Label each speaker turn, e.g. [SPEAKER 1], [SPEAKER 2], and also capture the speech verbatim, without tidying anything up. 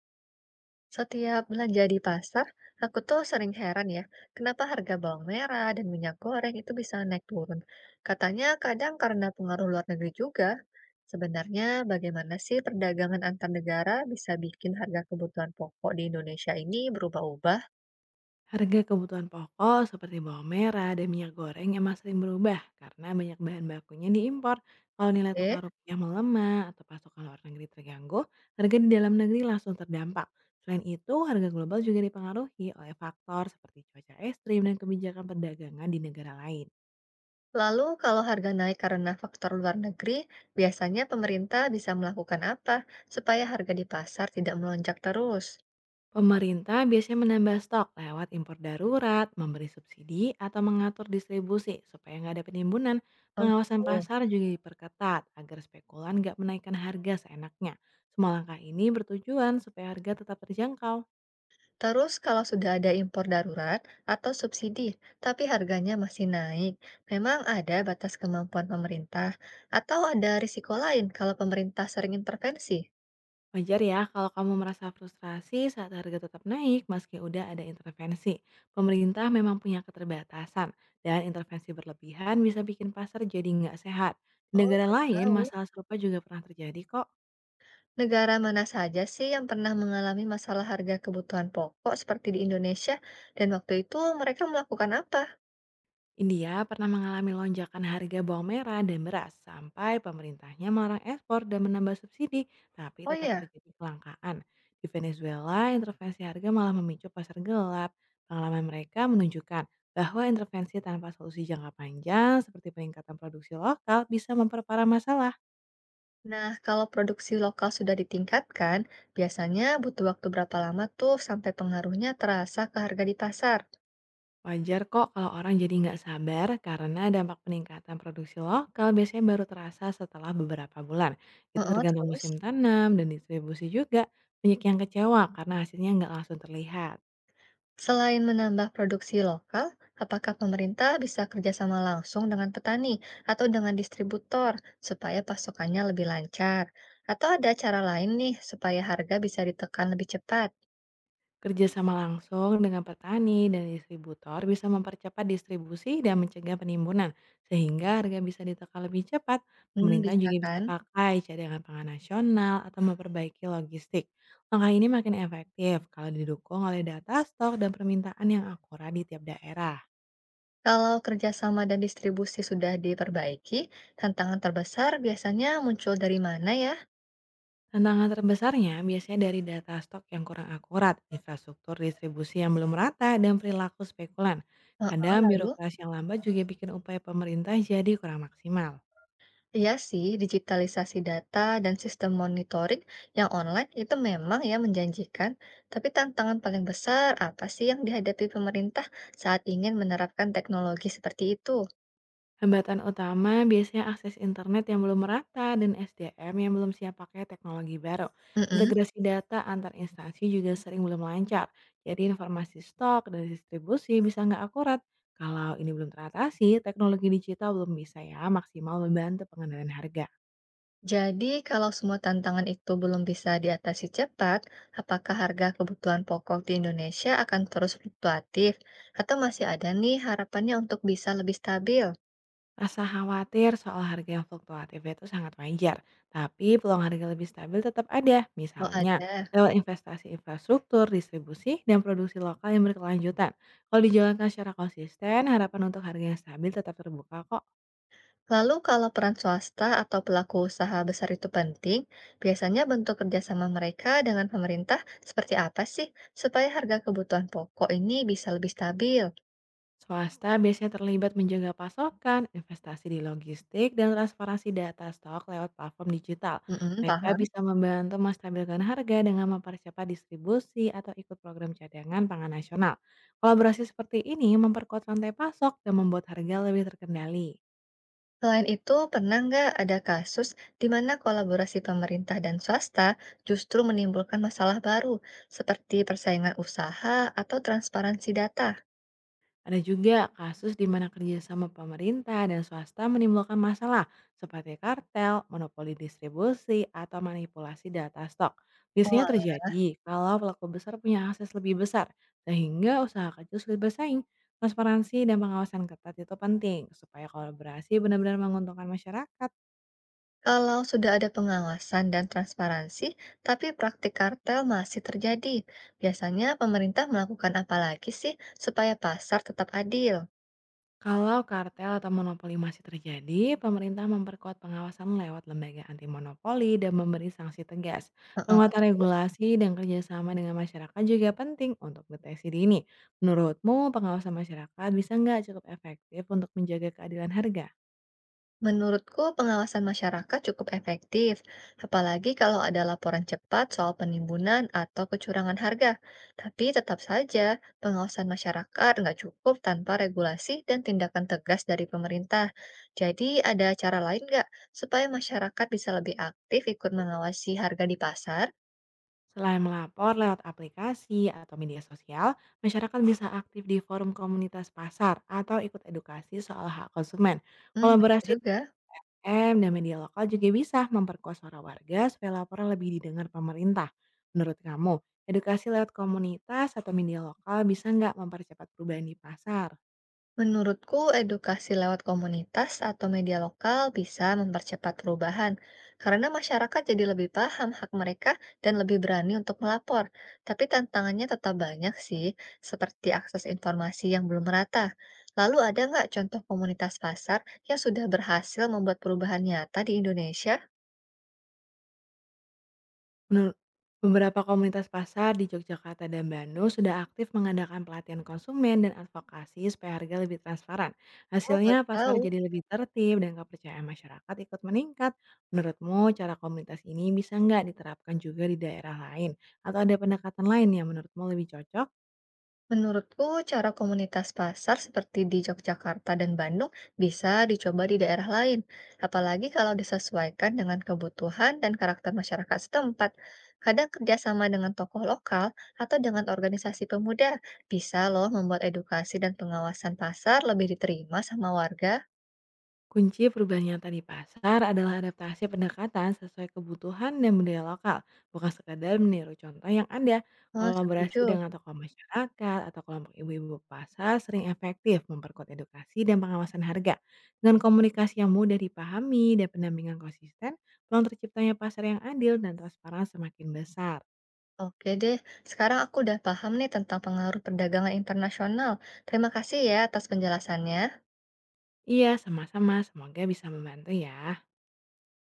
[SPEAKER 1] Setiap belanja di pasar, aku tuh sering heran ya, kenapa harga bawang merah dan minyak goreng itu bisa naik turun. Katanya kadang karena pengaruh luar negeri juga. Sebenarnya bagaimana sih perdagangan antar negara bisa bikin harga kebutuhan pokok di Indonesia ini berubah-ubah?
[SPEAKER 2] Harga kebutuhan pokok seperti bawang merah dan minyak goreng emang sering berubah karena banyak bahan bakunya diimpor. Kalau nilai
[SPEAKER 1] Eh,
[SPEAKER 2] tukar rupiah melemah atau pasokan luar negeri terganggu, harga di dalam negeri langsung terdampak. Selain itu, harga global juga dipengaruhi oleh faktor seperti cuaca ekstrim dan kebijakan perdagangan di negara lain.
[SPEAKER 1] Lalu kalau harga naik karena faktor luar negeri, biasanya pemerintah bisa melakukan apa supaya harga di pasar tidak melonjak terus?
[SPEAKER 2] Pemerintah biasanya menambah stok lewat impor darurat, memberi subsidi, atau mengatur distribusi supaya nggak ada penimbunan.
[SPEAKER 1] Oh
[SPEAKER 2] Pengawasan
[SPEAKER 1] gitu.
[SPEAKER 2] pasar juga diperketat agar spekulan nggak menaikkan harga seenaknya. Semua langkah ini bertujuan supaya harga tetap terjangkau.
[SPEAKER 1] Terus kalau sudah ada impor darurat atau subsidi, tapi harganya masih naik, memang ada batas kemampuan pemerintah atau ada risiko lain kalau pemerintah sering intervensi?
[SPEAKER 2] Wajar ya kalau kamu merasa frustrasi saat harga tetap naik meski udah ada intervensi. Pemerintah memang punya keterbatasan dan intervensi berlebihan bisa bikin pasar jadi nggak sehat. Di
[SPEAKER 1] Oh,
[SPEAKER 2] negara
[SPEAKER 1] baru
[SPEAKER 2] lain
[SPEAKER 1] tahu.
[SPEAKER 2] masalah serupa juga pernah terjadi kok.
[SPEAKER 1] Negara mana saja sih yang pernah mengalami masalah harga kebutuhan pokok seperti di Indonesia dan waktu itu mereka melakukan apa?
[SPEAKER 2] India pernah mengalami lonjakan harga bawang merah dan beras sampai pemerintahnya melarang ekspor dan menambah subsidi, tapi
[SPEAKER 1] Oh
[SPEAKER 2] tetap
[SPEAKER 1] ya.
[SPEAKER 2] terjadi kelangkaan. Di Venezuela, intervensi harga malah memicu pasar gelap. Pengalaman mereka menunjukkan bahwa intervensi tanpa solusi jangka panjang seperti peningkatan produksi lokal bisa memperparah masalah.
[SPEAKER 1] Nah, kalau produksi lokal sudah ditingkatkan, biasanya butuh waktu berapa lama tuh sampai pengaruhnya terasa ke harga di pasar?
[SPEAKER 2] Wajar kok kalau orang jadi nggak sabar karena dampak peningkatan produksi lokal biasanya baru terasa setelah beberapa bulan. Itu
[SPEAKER 1] Oh,
[SPEAKER 2] tergantung
[SPEAKER 1] terus?
[SPEAKER 2] musim tanam dan distribusi juga. Banyak yang kecewa karena hasilnya nggak langsung terlihat.
[SPEAKER 1] Selain menambah produksi lokal, apakah pemerintah bisa kerjasama langsung dengan petani atau dengan distributor supaya pasokannya lebih lancar? Atau ada cara lain nih supaya harga bisa ditekan lebih cepat?
[SPEAKER 2] Kerjasama langsung dengan petani dan distributor bisa mempercepat distribusi dan mencegah penimbunan, sehingga harga bisa ditekan lebih cepat.
[SPEAKER 1] Hmm,
[SPEAKER 2] Pemerintah
[SPEAKER 1] bisa
[SPEAKER 2] juga
[SPEAKER 1] kan?
[SPEAKER 2] bisa pakai cadangan pangan nasional atau memperbaiki logistik. Langkah ini makin efektif kalau didukung oleh data stok dan permintaan yang akurat di tiap daerah.
[SPEAKER 1] Kalau kerjasama dan distribusi sudah diperbaiki, tantangan terbesar biasanya muncul dari mana ya?
[SPEAKER 2] Tantangan terbesarnya biasanya dari data stok yang kurang akurat, infrastruktur distribusi yang belum rata, dan perilaku spekulan.
[SPEAKER 1] Heeh,
[SPEAKER 2] Kadang
[SPEAKER 1] lalu?
[SPEAKER 2] birokrasi yang lambat juga bikin upaya pemerintah jadi kurang maksimal.
[SPEAKER 1] Iya sih, digitalisasi data dan sistem monitoring yang online itu memang ya menjanjikan, tapi tantangan paling besar apa sih yang dihadapi pemerintah saat ingin menerapkan teknologi seperti itu?
[SPEAKER 2] Hambatan utama biasanya akses internet yang belum merata dan S D M yang belum siap pakai teknologi baru.
[SPEAKER 1] Mm-mm.
[SPEAKER 2] Integrasi data antar instansi juga sering belum lancar. Jadi informasi stok dan distribusi bisa nggak akurat. Kalau ini belum teratasi, teknologi digital belum bisa ya maksimal membantu pengendalian harga.
[SPEAKER 1] Jadi, kalau semua tantangan itu belum bisa diatasi cepat, apakah harga kebutuhan pokok di Indonesia akan terus fluktuatif, atau masih ada nih harapannya untuk bisa lebih stabil?
[SPEAKER 2] Rasa khawatir soal harga yang fluktuatif itu sangat wajar, tapi peluang harga lebih stabil tetap ada,
[SPEAKER 1] Oh,
[SPEAKER 2] misalnya
[SPEAKER 1] ada.
[SPEAKER 2] lewat investasi infrastruktur, distribusi, dan produksi lokal yang berkelanjutan. Kalau dijalankan secara konsisten, harapan untuk harga yang stabil tetap terbuka kok.
[SPEAKER 1] Lalu kalau peran swasta atau pelaku usaha besar itu penting, biasanya bentuk kerjasama mereka dengan pemerintah seperti apa sih supaya harga kebutuhan pokok ini bisa lebih stabil?
[SPEAKER 2] Swasta biasanya terlibat menjaga pasokan, investasi di logistik, dan transparansi data stok lewat platform digital.
[SPEAKER 1] Mm-mm,
[SPEAKER 2] Mereka
[SPEAKER 1] paham.
[SPEAKER 2] bisa membantu menstabilkan harga dengan mempercepat distribusi atau ikut program cadangan pangan nasional. Kolaborasi seperti ini memperkuat rantai pasok dan membuat harga lebih terkendali.
[SPEAKER 1] Selain itu, pernah nggak ada kasus di mana kolaborasi pemerintah dan swasta justru menimbulkan masalah baru seperti persaingan usaha atau transparansi data?
[SPEAKER 2] Ada juga kasus di mana kerjasama pemerintah dan swasta menimbulkan masalah seperti kartel, monopoli distribusi, atau manipulasi data stok. Biasanya terjadi kalau pelaku besar punya akses lebih besar, sehingga usaha kecil sulit bersaing. Transparansi dan pengawasan ketat itu penting supaya kolaborasi benar-benar menguntungkan masyarakat.
[SPEAKER 1] Kalau sudah ada pengawasan dan transparansi, tapi praktik kartel masih terjadi, biasanya pemerintah melakukan apa lagi sih supaya pasar tetap adil?
[SPEAKER 2] Kalau kartel atau monopoli masih terjadi, pemerintah memperkuat pengawasan lewat lembaga anti monopoli dan memberi sanksi tegas.
[SPEAKER 1] Heeh,
[SPEAKER 2] Penguatan
[SPEAKER 1] terus?
[SPEAKER 2] regulasi dan kerjasama dengan masyarakat juga penting untuk deteksi dini. Menurutmu, pengawasan masyarakat bisa nggak cukup efektif untuk menjaga keadilan harga?
[SPEAKER 1] Menurutku, pengawasan masyarakat cukup efektif, apalagi kalau ada laporan cepat soal penimbunan atau kecurangan harga. Tapi tetap saja, pengawasan masyarakat nggak cukup tanpa regulasi dan tindakan tegas dari pemerintah. Jadi, ada cara lain nggak supaya masyarakat bisa lebih aktif ikut mengawasi harga di pasar?
[SPEAKER 2] Selain melapor lewat aplikasi atau media sosial, masyarakat bisa aktif di forum komunitas pasar atau ikut edukasi soal hak konsumen.
[SPEAKER 1] Hmm, benar
[SPEAKER 2] Kolaborasi
[SPEAKER 1] juga.
[SPEAKER 2] M dan media lokal juga bisa memperkuat suara warga supaya laporan lebih didengar pemerintah. Menurut kamu, edukasi lewat komunitas atau media lokal bisa nggak mempercepat perubahan di pasar?
[SPEAKER 1] Menurutku, edukasi lewat komunitas atau media lokal bisa mempercepat perubahan karena masyarakat jadi lebih paham hak mereka dan lebih berani untuk melapor. Tapi tantangannya tetap banyak sih, seperti akses informasi yang belum merata. Lalu ada nggak contoh komunitas pasar yang sudah berhasil membuat perubahan nyata di Indonesia?
[SPEAKER 2] Menurut beberapa komunitas pasar di Yogyakarta dan Bandung sudah aktif mengadakan pelatihan konsumen dan advokasi supaya harga lebih transparan.
[SPEAKER 1] Oh,
[SPEAKER 2] Hasilnya
[SPEAKER 1] baru
[SPEAKER 2] pasar
[SPEAKER 1] tahu.
[SPEAKER 2] jadi lebih tertib dan kepercayaan masyarakat ikut meningkat. Menurutmu cara komunitas ini bisa nggak diterapkan juga di daerah lain? Atau ada pendekatan lain yang menurutmu lebih cocok?
[SPEAKER 1] Menurutku, cara komunitas pasar seperti di Yogyakarta dan Bandung bisa dicoba di daerah lain, apalagi kalau disesuaikan dengan kebutuhan dan karakter masyarakat setempat. Kadang kerjasama dengan tokoh lokal atau dengan organisasi pemuda bisa loh membuat edukasi dan pengawasan pasar lebih diterima sama warga.
[SPEAKER 2] Kunci perubahan nyata di pasar adalah adaptasi pendekatan sesuai kebutuhan dan budaya lokal, bukan sekadar meniru contoh yang ada.
[SPEAKER 1] Oh,
[SPEAKER 2] Kolaborasi
[SPEAKER 1] setuju.
[SPEAKER 2] dengan tokoh masyarakat atau kelompok ibu-ibu pasar sering efektif memperkuat edukasi dan pengawasan harga. Dengan komunikasi yang mudah dipahami dan pendampingan konsisten, peluang terciptanya pasar yang adil dan transparan semakin besar.
[SPEAKER 1] Oke deh, sekarang aku udah paham nih tentang pengaruh perdagangan internasional. Terima kasih ya atas penjelasannya.
[SPEAKER 2] Iya, sama-sama. Semoga bisa membantu ya.